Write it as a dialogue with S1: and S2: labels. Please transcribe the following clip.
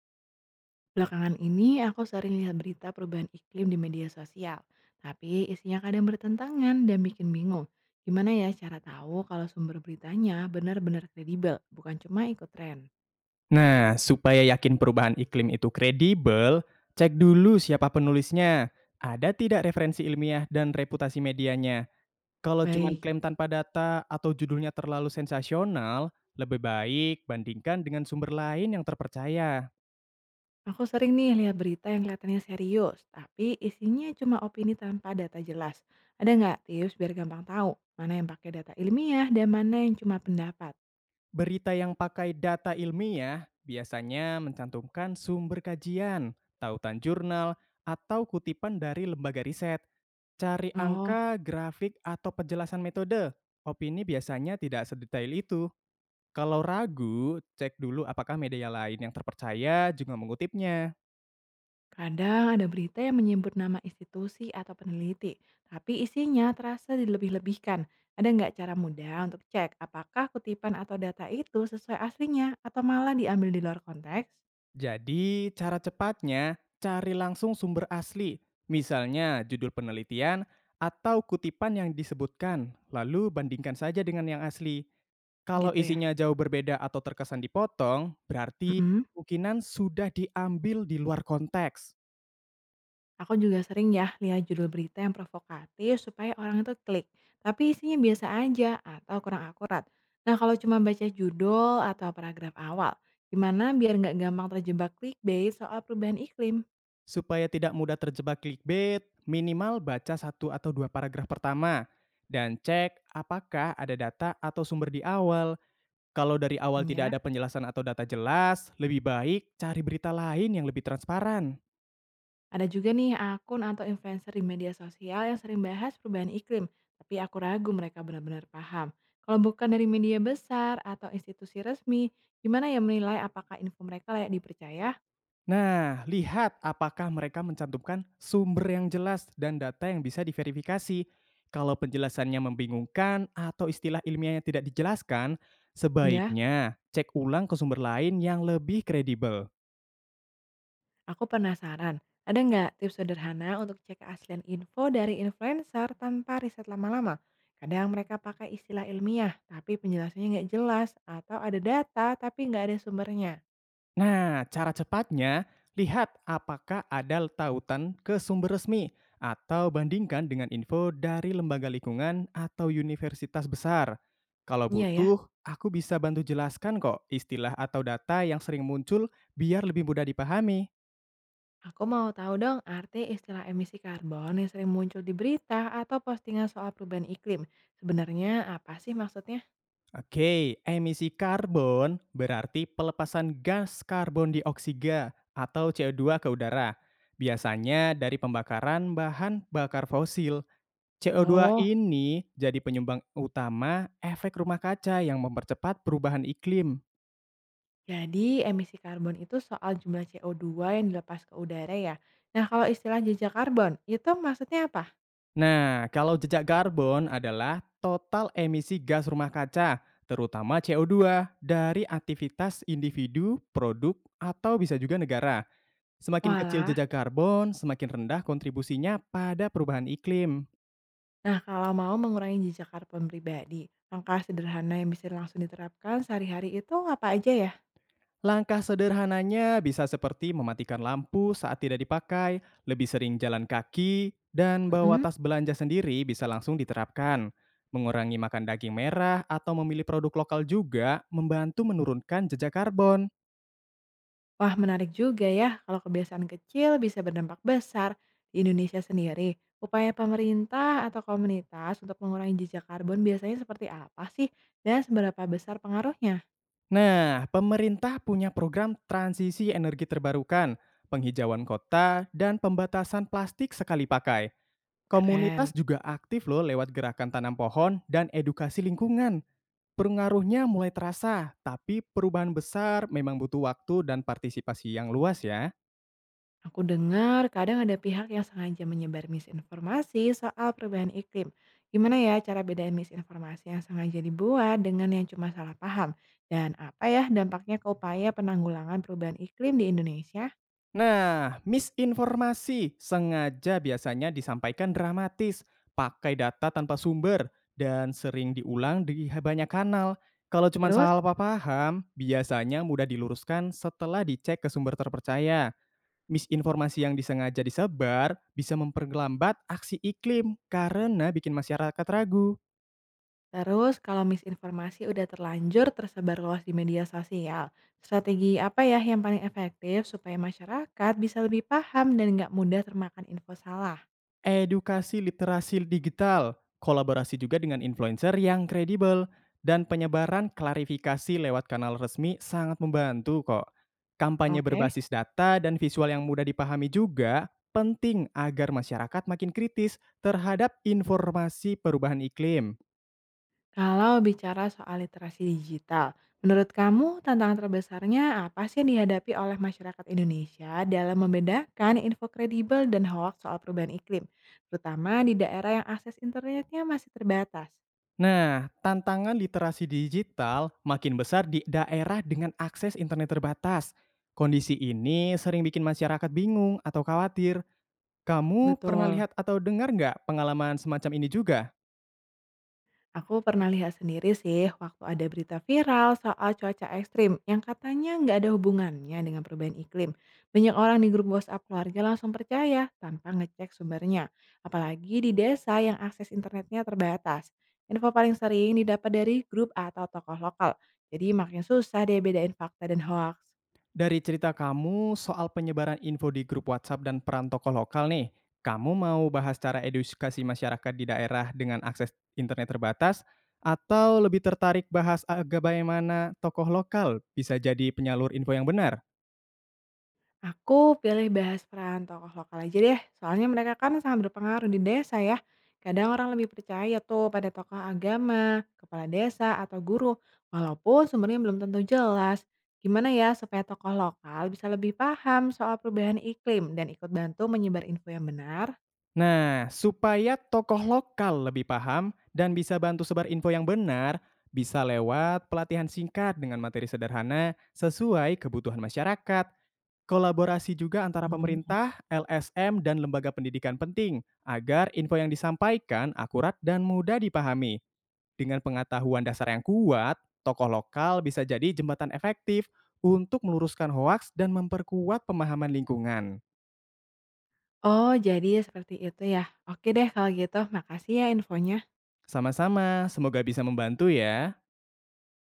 S1: Belakangan ini aku sering lihat berita perubahan iklim di media sosial, tapi isinya kadang bertentangan dan bikin bingung. Gimana ya cara tahu kalau sumber beritanya benar-benar kredibel, bukan cuma ikut tren?
S2: Nah, supaya yakin perubahan iklim itu kredibel, cek dulu siapa penulisnya. Ada tidak referensi ilmiah dan reputasi medianya? Kalau cuma
S1: Baik,
S2: klaim tanpa data atau judulnya terlalu sensasional, lebih baik bandingkan dengan sumber lain yang terpercaya.
S1: aku sering nih lihat berita yang kelihatannya serius, tapi isinya cuma opini tanpa data jelas. Ada nggak tips biar gampang tahu mana yang pakai data ilmiah dan mana yang cuma pendapat?
S2: Berita yang pakai data ilmiah biasanya mencantumkan sumber kajian, tautan jurnal, atau kutipan dari lembaga riset. Cari
S1: Oh.
S2: angka, grafik, atau penjelasan metode. Opini biasanya tidak sedetail itu. Kalau ragu, cek dulu apakah media lain yang terpercaya juga mengutipnya.
S1: Kadang ada berita yang menyebut nama institusi atau peneliti, tapi isinya terasa dilebih-lebihkan. Ada nggak cara mudah untuk cek apakah kutipan atau data itu sesuai aslinya atau malah diambil di luar konteks?
S2: Jadi, cara cepatnya, cari langsung sumber asli. Misalnya, judul penelitian atau kutipan yang disebutkan, lalu bandingkan saja dengan yang asli. Kalau
S1: Gitu ya.
S2: isinya jauh berbeda atau terkesan dipotong, berarti
S1: Mm-mm.
S2: kemungkinan sudah diambil di luar konteks.
S1: Aku juga sering ya lihat judul berita yang provokatif supaya orang itu klik, tapi isinya biasa aja atau kurang akurat. Nah kalau cuma baca judul atau paragraf awal, gimana biar nggak gampang terjebak clickbait soal perubahan iklim?
S2: Supaya tidak mudah terjebak clickbait, minimal baca satu atau dua paragraf pertama dan cek apakah ada data atau sumber di awal. Kalau dari awal tidak
S1: Ya.
S2: ada penjelasan atau data jelas, lebih baik cari berita lain yang lebih transparan.
S1: Ada juga nih akun atau influencer di media sosial yang sering bahas perubahan iklim, tapi aku ragu mereka benar-benar paham. Kalau bukan dari media besar atau institusi resmi, gimana ya menilai apakah info mereka layak dipercaya?
S2: Nah, lihat apakah mereka mencantumkan sumber yang jelas dan data yang bisa diverifikasi. Kalau penjelasannya membingungkan atau istilah ilmiahnya tidak dijelaskan,
S1: Ya,
S2: sebaiknya cek ulang ke sumber lain yang lebih kredibel.
S1: aku penasaran. Ada nggak tips sederhana untuk cek keaslian info dari influencer tanpa riset lama-lama? Kadang mereka pakai istilah ilmiah, tapi penjelasannya nggak jelas, atau ada data tapi nggak ada sumbernya.
S2: Nah, cara cepatnya, lihat apakah ada tautan ke sumber resmi atau bandingkan dengan info dari lembaga lingkungan atau universitas besar. Kalau
S1: Iya ya.
S2: butuh, aku bisa bantu jelaskan kok istilah atau data yang sering muncul biar lebih mudah dipahami.
S1: Aku mau tahu dong arti istilah emisi karbon yang sering muncul di berita atau postingan soal perubahan iklim. Sebenarnya apa sih maksudnya?
S2: Oke, emisi karbon berarti pelepasan gas karbon dioksida atau CO2 ke udara. Biasanya dari pembakaran bahan bakar fosil. CO2
S1: Oh,
S2: ini jadi penyumbang utama efek rumah kaca yang mempercepat perubahan iklim.
S1: jadi emisi karbon itu soal jumlah CO2 yang dilepas ke udara ya. Nah, kalau istilah jejak karbon, itu maksudnya apa?
S2: Nah, kalau jejak karbon adalah total emisi gas rumah kaca, terutama CO2 dari aktivitas individu, produk, atau bisa juga negara. Semakin kecil
S1: Walah,
S2: jejak karbon, semakin rendah kontribusinya pada perubahan iklim.
S1: nah kalau mau mengurangi jejak karbon pribadi, langkah sederhana yang bisa langsung diterapkan sehari-hari itu apa aja ya?
S2: Langkah sederhananya bisa seperti mematikan lampu saat tidak dipakai, lebih sering jalan kaki, dan bawa
S1: Mm-mm.
S2: tas belanja sendiri bisa langsung diterapkan. Mengurangi makan daging merah atau memilih produk lokal juga membantu menurunkan jejak karbon.
S1: Wah, menarik juga ya kalau kebiasaan kecil bisa berdampak besar. Di Indonesia sendiri, upaya pemerintah atau komunitas untuk mengurangi jejak karbon biasanya seperti apa sih dan seberapa besar pengaruhnya?
S2: Nah, pemerintah punya program transisi energi terbarukan, penghijauan kota, dan pembatasan plastik sekali pakai. Komunitas
S1: Keren.
S2: juga aktif loh lewat gerakan tanam pohon dan edukasi lingkungan. Pengaruhnya mulai terasa, tapi perubahan besar memang butuh waktu dan partisipasi yang luas ya.
S1: Aku dengar kadang ada pihak yang sengaja menyebar misinformasi soal perubahan iklim. Gimana ya cara bedain misinformasi yang sengaja dibuat dengan yang cuma salah paham? Dan apa ya dampaknya ke upaya penanggulangan perubahan iklim di Indonesia?
S2: Nah, misinformasi sengaja biasanya disampaikan dramatis, pakai data tanpa sumber, dan sering diulang di banyak kanal. Kalau cuma
S1: Terus.
S2: salah paham, biasanya mudah diluruskan setelah dicek ke sumber terpercaya. Misinformasi yang disengaja disebar bisa memperlambat aksi iklim karena bikin masyarakat ragu.
S1: Terus kalau misinformasi udah terlanjur tersebar luas di media sosial, strategi apa ya yang paling efektif supaya masyarakat bisa lebih paham dan nggak mudah termakan info salah?
S2: Edukasi literasi digital, kolaborasi juga dengan influencer yang kredibel, dan penyebaran klarifikasi lewat kanal resmi sangat membantu kok. Kampanye
S1: Oke,
S2: berbasis data dan visual yang mudah dipahami juga penting agar masyarakat makin kritis terhadap informasi perubahan iklim.
S1: kalau bicara soal literasi digital, menurut kamu tantangan terbesarnya apa sih yang dihadapi oleh masyarakat Indonesia dalam membedakan info kredibel dan hoax soal perubahan iklim, terutama di daerah yang akses internetnya masih terbatas?
S2: Nah, tantangan literasi digital makin besar di daerah dengan akses internet terbatas. Kondisi ini sering bikin masyarakat bingung atau khawatir. Kamu pernah
S1: Betul.
S2: lihat atau dengar nggak pengalaman semacam ini juga?
S1: Aku pernah lihat sendiri sih waktu ada berita viral soal cuaca ekstrim yang katanya nggak ada hubungannya dengan perubahan iklim. Banyak orang di grup WhatsApp keluarga langsung percaya tanpa ngecek sumbernya. Apalagi di desa yang akses internetnya terbatas. Info paling sering didapat dari grup atau tokoh lokal. Jadi makin susah deh bedain fakta dan hoax.
S2: Dari cerita kamu soal penyebaran info di grup WhatsApp dan peran tokoh lokal nih, kamu mau bahas cara edukasi masyarakat di daerah dengan akses internet terbatas? Atau lebih tertarik bahas bagaimana tokoh lokal bisa jadi penyalur info yang benar?
S1: Aku pilih bahas peran tokoh lokal aja deh, soalnya mereka kan sangat berpengaruh di desa ya. Kadang orang lebih percaya tuh pada tokoh agama, kepala desa, atau guru, walaupun sumbernya belum tentu jelas. Gimana ya supaya tokoh lokal bisa lebih paham soal perubahan iklim dan ikut bantu menyebar info yang benar?
S2: Nah, supaya tokoh lokal lebih paham dan bisa bantu sebar info yang benar, bisa lewat pelatihan singkat dengan materi sederhana sesuai kebutuhan masyarakat. Kolaborasi juga antara
S1: Hmm.
S2: pemerintah, LSM, dan lembaga pendidikan penting agar info yang disampaikan akurat dan mudah dipahami. Dengan pengetahuan dasar yang kuat, tokoh lokal bisa jadi jembatan efektif untuk meluruskan hoaks dan memperkuat pemahaman lingkungan.
S1: Oh, jadi seperti itu ya. Oke deh kalau gitu, makasih ya infonya.
S2: Sama-sama, semoga bisa membantu ya.